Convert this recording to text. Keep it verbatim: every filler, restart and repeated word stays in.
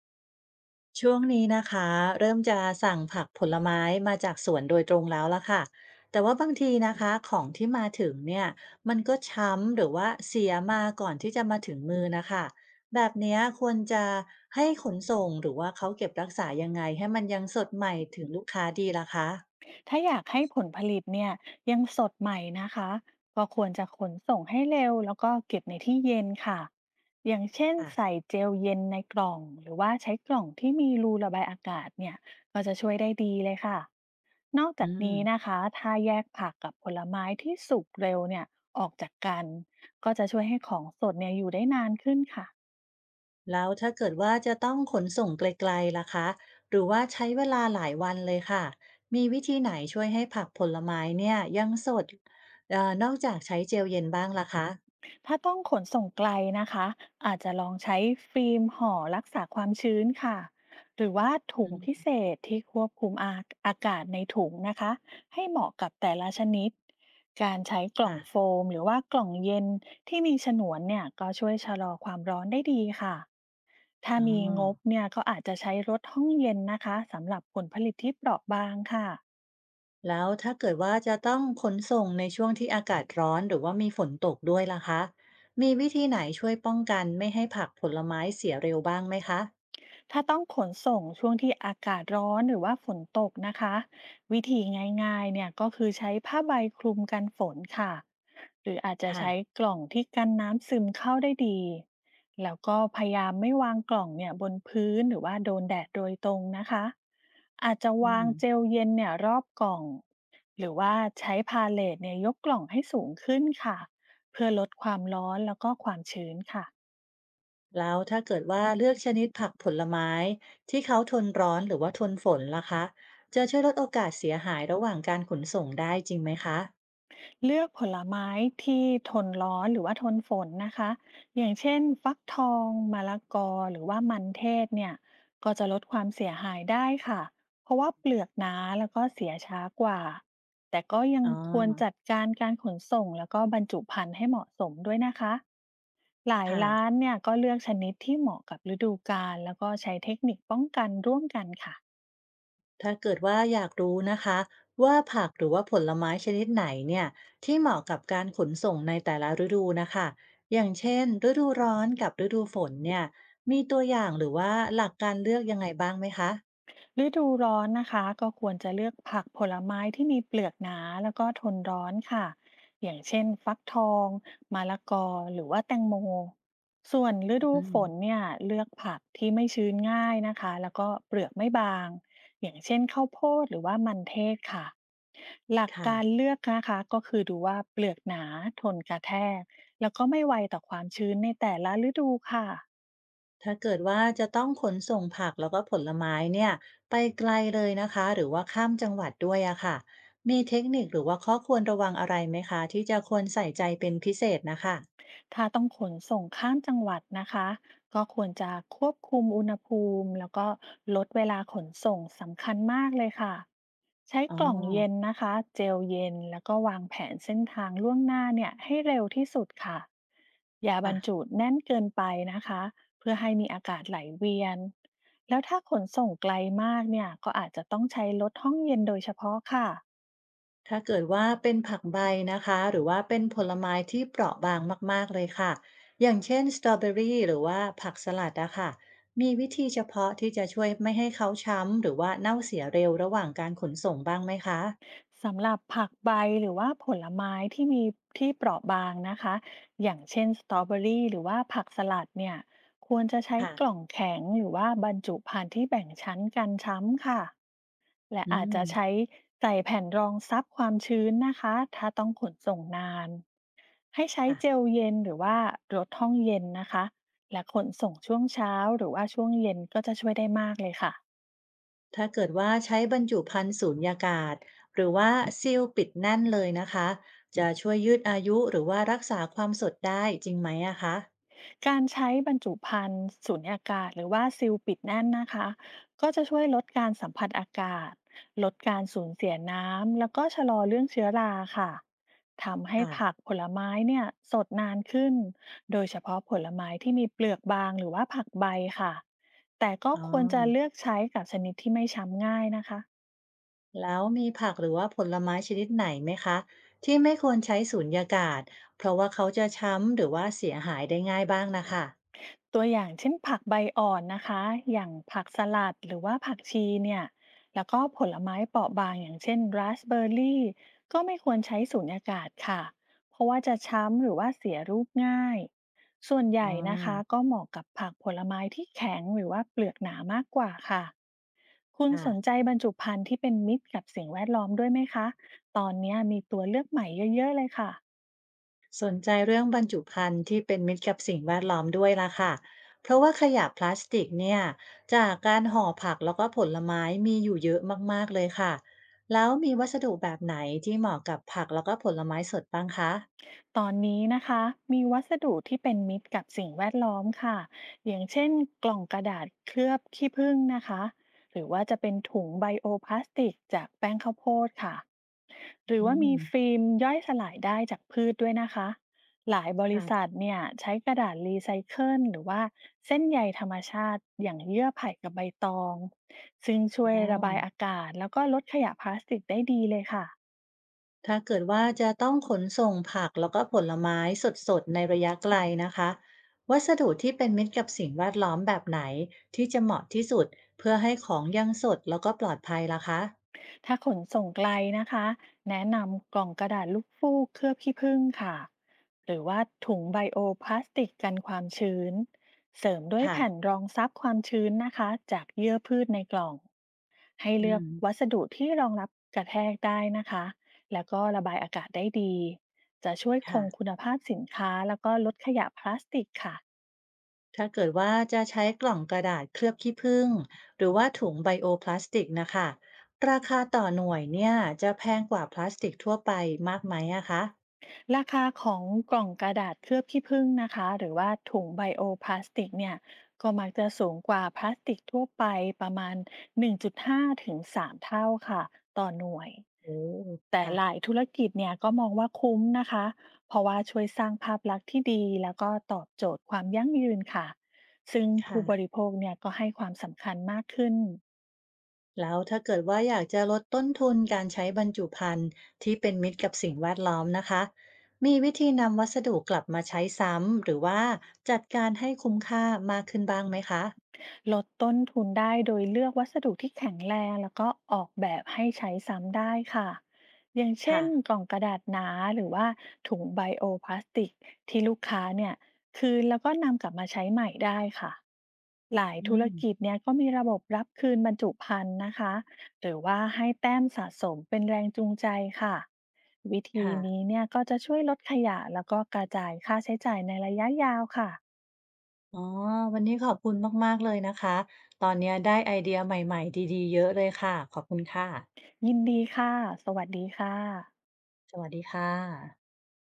ช่วงนี้นะคะเริ่มจะสั่งผักผลไม้มาจากสวนโดยตรงแล้วละค่ะแต่ว่าบางทีนะคะของที่มาถึงเนี่ยมันก็ช้ำหรือว่าเสียมาก่อนที่จะมาถึงมือนะคะแบบเนี้ยควรจะให้ขนส่งหรือว่าเขาเก็บรักษายังไงให้มันยังสดใหม่ถึงลูกค้าดีล่ะคะถ้าอยากให้ผลผลิตเนี่ยยังสดใหม่นะคะก็ควรจะขนส่งให้เร็วแล้วก็เก็บในที่เย็นค่ะอย่างเช่นใส่ค่ะเจลเย็นในกล่องหรือว่าใช้กล่องที่มีรูระบายอากาศเนี่ยก็จะช่วยได้ดีเลยค่ะนอกอืจากม นี้นะคะถ้าแยกผักกับผลไม้ที่สุกเร็วเนี่ยออกจากกันก็จะช่วยให้ของสดเนี่ยอยู่ได้นานขึ้นค่ะ แล้วถ้าเกิดว่าจะต้องขนส่งไกลๆล่ะคะหรือว่าใช้เวลาหลายวันเลยค่ะมีวิธีไหนช่วยให้ผักผลไม้เนี่ยยังสดเอ่อนอกจากใช้เจลเย็นบ้างล่ะคะถ้าต้องขนส่งไกลนะคะอาจจะลองใช้ฟิล์มห่อรักษาความชื้นค่ะหรือว่าถุอืงพิมเศษที่ควบคุมอาอากาศในถุงนะคะให้เหมาะกับแต่ละชนิดการใช้กล่องโฟค่ะมหรือว่ากล่องเย็นที่มีฉนวนเนี่ยก็ช่วยชะลอความร้อนได้ดีค่ะถ้าอ๋อมีงบเนี่ยก็อาจจะใช้รถห้องเย็นนะคะสำหรับผลผลิตที่เปราะบางค่ะ แล้วถ้าเกิดว่าจะต้องขนส่งในช่วงที่อากาศร้อนหรือว่ามีฝนตกด้วยล่ะคะมีวิธีไหนช่วยป้องกันไม่ให้ผักผลไม้เสียเร็วบ้างไหมคะถ้าต้องขนส่งช่วงที่อากาศร้อนหรือว่าฝนตกนะคะวิธีง่ายๆเนี่ยก็คือใช้ผ้าใบคลุมกันฝนค่ะหรืออาจจะค่ะใช้กล่องที่กันน้ำซึมเข้าได้ดีแล้วก็พยายามไม่วางกล่องเนี่ยบนพื้นหรือว่าโดนแดดโดยตรงนะคะอาจจะอืวาม งเจลเย็นเนี่ยรอบกล่องหรือว่าใช้พาเลทเนี่ยยกกล่องให้สูงขึ้นค่ะเพื่อลดความร้อนแล้วก็ความชื้นค่ะ แล้วถ้าเกิดว่าเลือกชนิดผักผลไม้ที่เขาทนร้อนหรือว่าทนฝนล่ะคะจะช่วยลดโอกาสเสียหายระหว่างการขนส่งได้จริงไหมคะเลือกผลไม้ที่ทนร้อนหรือว่าทนฝนนะคะอย่างเช่นฟักทองมะละกอหรือว่ามันเทศเนี่ยก็จะลดความเสียหายได้ค่ะเพราะว่าเปลือกหนาแล้วก็เสียช้ากว่าแต่ก็ยังอ๋อควรจัดการการขนส่งแล้วก็บรรจุภัณฑ์ให้เหมาะสมด้วยนะคะหลายค่ะร้านเนี่ยก็เลือกชนิดที่เหมาะกับฤดูกาลแล้วก็ใช้เทคนิคป้องกันร่วมกันค่ะ ถ้าเกิดว่าอยากรู้นะคะว่าผักหรือว่าผลไม้ชนิดไหนเนี่ยที่เหมาะกับการขนส่งในแต่ละฤดูนะคะอย่างเช่นฤดูร้อนกับฤดูฝนเนี่ยมีตัวอย่างหรือว่าหลักการเลือกยังไงบ้างไหมคะฤดูร้อนนะคะก็ควรจะเลือกผักผลไม้ที่มีเปลือกหนาแล้วก็ทนร้อนค่ะอย่างเช่นฟักทองมะละกอหรือว่าแตงโมส่วนฤดูอืฝนมเนี่ยเลือกผักที่ไม่ชื้นง่ายนะคะแล้วก็เปลือกไม่บางอย่างเช่นข้าวโพดหรือว่ามันเทศค่ะหลักค่ะ การเลือกนะคะก็คือดูว่าเปลือกหนาทนกระแทกแล้วก็ไม่ไวต่อความชื้นในแต่ละฤดูค่ะ ถ้าเกิดว่าจะต้องขนส่งผักแล้วก็ผลไม้เนี่ยไปไกลเลยนะคะหรือว่าข้ามจังหวัดด้วยอะค่ะมีเทคนิคหรือว่าข้อควรระวังอะไรไหมคะที่จะควรใส่ใจเป็นพิเศษนะคะถ้าต้องขนส่งข้ามจังหวัดนะคะก็ควรจะควบคุมอุณหภูมิแล้วก็ลดเวลาขนส่งสำคัญมากเลยค่ะใช้อ๋อกล่องเย็นนะคะเจลเย็นแล้วก็วางแผนเส้นทางล่วงหน้าเนี่ยให้เร็วที่สุดค่ะอย่าบรค่ะรจุแน่นเกินไปนะคะเพื่อให้มีอากาศไหลเวียนแล้วถ้าขนส่งไกลมากเนี่ยก็อาจจะต้องใช้รถห้องเย็นโดยเฉพาะค่ะ ถ้าเกิดว่าเป็นผักใบนะคะหรือว่าเป็นผลไม้ที่เปราะบางมากๆเลยค่ะอย่างเช่นสตรอเบอรี่หรือว่าผักสลัดอะค่ะมีวิธีเฉพาะที่จะช่วยไม่ให้เขาช้ำหรือว่าเน่าเสียเร็วระหว่างการขนส่งบ้างไหมคะสำหรับผักใบหรือว่าผลไม้ที่มีที่เปราะบางนะคะอย่างเช่นสตรอเบอรี่หรือว่าผักสลัดเนี่ยควรจะใช้ค่ะกล่องแข็งหรือว่าบรรจุภัณฑ์ที่แบ่งชั้นกันช้ำค่ะและอือาจจะใช้มใส่แผ่นรองซับความชื้นนะคะถ้าต้องขนส่งนานให้ใช้เจลค่ะ เย็นหรือว่ารถห้องเย็นนะคะและขนส่งช่วงเช้าหรือว่าช่วงเย็นก็จะช่วยได้มากเลยค่ะ ถ้าเกิดว่าใช้บรรจุภัณฑ์สูญญากาศหรือว่าซีลปิดแน่นเลยนะคะจะช่วยยืดอายุหรือว่ารักษาความสดได้จริงไหมอะคะการใช้บรรจุภัณฑ์สูญญากาศหรือว่าซีลปิดแน่นนะคะก็จะช่วยลดการสัมผัสอากาศลดการสูญเสียน้ำแล้วก็ชะลอเรื่องเชื้อราค่ะทำให้ค่ะผักผลไม้เนี่ยสดนานขึ้นโดยเฉพาะผลไม้ที่มีเปลือกบางหรือว่าผักใบค่ะแต่ก็อ๋อควรจะเลือกใช้กับชนิดที่ไม่ช้ำง่ายนะคะ แล้วมีผักหรือว่าผลไม้ชนิดไหนไหมคะที่ไม่ควรใช้สูญญากาศเพราะว่าเขาจะช้ำหรือว่าเสียหายได้ง่ายบ้างนะคะตัวอย่างเช่นผักใบอ่อนนะคะอย่างผักสลัดหรือว่าผักชีเนี่ยแล้วก็ผลไม้เปราะบางอย่างเช่นราสเบอร์รี่ก็ไม่ควรใช้สูญญากาศค่ะเพราะว่าจะช้ำหรือว่าเสียรูปง่ายส่วนใหอ๋อญ่นะคะก็เหมาะกับผักผลไม้ที่แข็งหรือว่าเปลือกหนามากกว่าค่ะคุณสนใจค่ะ บรรจุภัณฑ์ที่เป็นมิตรกับสิ่งแวดล้อมด้วยไหมคะตอนเนี้ยมีตัวเลือกใหม่เยอะๆเลยค่ะ สนใจเรื่องบรรจุภัณฑ์ที่เป็นมิตรกับสิ่งแวดล้อมด้วยล่ะค่ะเพราะว่าขยะพลาสติกเนี่ยจากการห่อผักแล้วก็ผลไม้มีอยู่เยอะมากๆเลยค่ะแล้วมีวัสดุแบบไหนที่เหมาะกับผักแล้วก็ผลไม้สดบ้างคะตอนนี้นะคะมีวัสดุที่เป็นมิตรกับสิ่งแวดล้อมค่ะอย่างเช่นกล่องกระดาษเคลือบขี้ผึ้งนะคะหรือว่าจะเป็นถุงไบโอพลาสติกจากแป้งข้าวโพดค่ะหรืออืว่ามีมฟิล์มย่อยสลายได้จากพืชด้วยนะคะหลายบริค่ะษัทเนี่ยใช้กระดาษรีไซเคิลหรือว่าเส้นใยธรรมชาติอย่างเยื่อไผ่กับใบตองซึ่งช่อ๋วอยระบายอากาศแล้วก็ลดขยะพลาสติกได้ดีเลยค่ะ ถ้าเกิดว่าจะต้องขนส่งผักแล้วก็ผลไม้สดๆในระยะไกลนะคะวัสดุที่เป็นมิตรกับสิ่งแวดล้อมแบบไหนที่จะเหมาะที่สุดเพื่อให้ของยังสดแล้วก็ปลอดภัยล่ะคะถ้าขนส่งไกลนะคะแนะนำกล่องกระดาษลูกฟูกเคลือบขี้ผึ้งค่ะหรือว่าถุงไบโอพลาสติกกันความชื้นเสริมด้วยค่ะ แผ่นรองซับความชื้นนะคะจากเยื่อพืชในกล่องให้อืเลือกมวัสดุที่รองรับกระแทกได้นะคะแล้วก็ระบายอากาศได้ดีจะช่วยคค่ะงคุณภาพสินค้าแล้วก็ลดขยะพลาสติกค่ะ ถ้าเกิดว่าจะใช้กล่องกระดาษเคลือบขี้ผึ้งหรือว่าถุงไบโอพลาสติกนะคะราคาต่อหน่วยเนี่ยจะแพงกว่าพลาสติกทั่วไปมากไหมอะคะราคาของกล่องกระดาษเคลือบขี้ผึ้งนะคะหรือว่าถุงไบโอพลาสติกเนี่ยก็มักจะสูงกว่าพลาสติกทั่วไปประมาณ หนึ่งจุดห้า ถึง สาม เท่าค่ะต่อหน่วยโอ้แต่ค่ะหลายธุรกิจเนี่ยก็มองว่าคุ้มนะคะเพราะว่าช่วยสร้างภาพลักษณ์ที่ดีแล้วก็ตอบโจทย์ความยั่งยืนค่ะซึ่งค่ะผู้บริโภคเนี่ยก็ให้ความสำคัญมากขึ้น แล้วถ้าเกิดว่าอยากจะลดต้นทุนการใช้บรรจุภัณฑ์ที่เป็นมิตรกับสิ่งแวดล้อมนะคะมีวิธีนำวัสดุกลับมาใช้ซ้ำหรือว่าจัดการให้คุ้มค่ามากขึ้นบ้างไหมคะลดต้นทุนได้โดยเลือกวัสดุที่แข็งแรงแล้วก็ออกแบบให้ใช้ซ้ำได้ค่ะอย่างเช่ค่ะนกล่องกระดาษหนาหรือว่าถุงไบโอพลาสติกที่ลูกค้าเนี่ยคืนแล้วก็นำกลับมาใช้ใหม่ได้ค่ะ หลายอืธุรมกิจเนี่ยก็มีระบบรับคืนบรรจุภัณฑ์นะคะ หรือว่าให้แต้มสะสมเป็นแรงจูงใจค่ะ วิธีค่ะ นี้เนี่ยก็จะช่วยลดขยะแล้วก็กระจายค่าใช้จ่ายในระยะยาวค่ะอ๋อวันนี้ขอบคุณมากๆเลยนะคะ ตอนเนี้ยได้ไอเดียใหม่ๆดีๆเยอะเลยค่ะ ขอบคุณค่ะ ยินดีค่ะสวัสดีค่ะสวัสดีค่ะ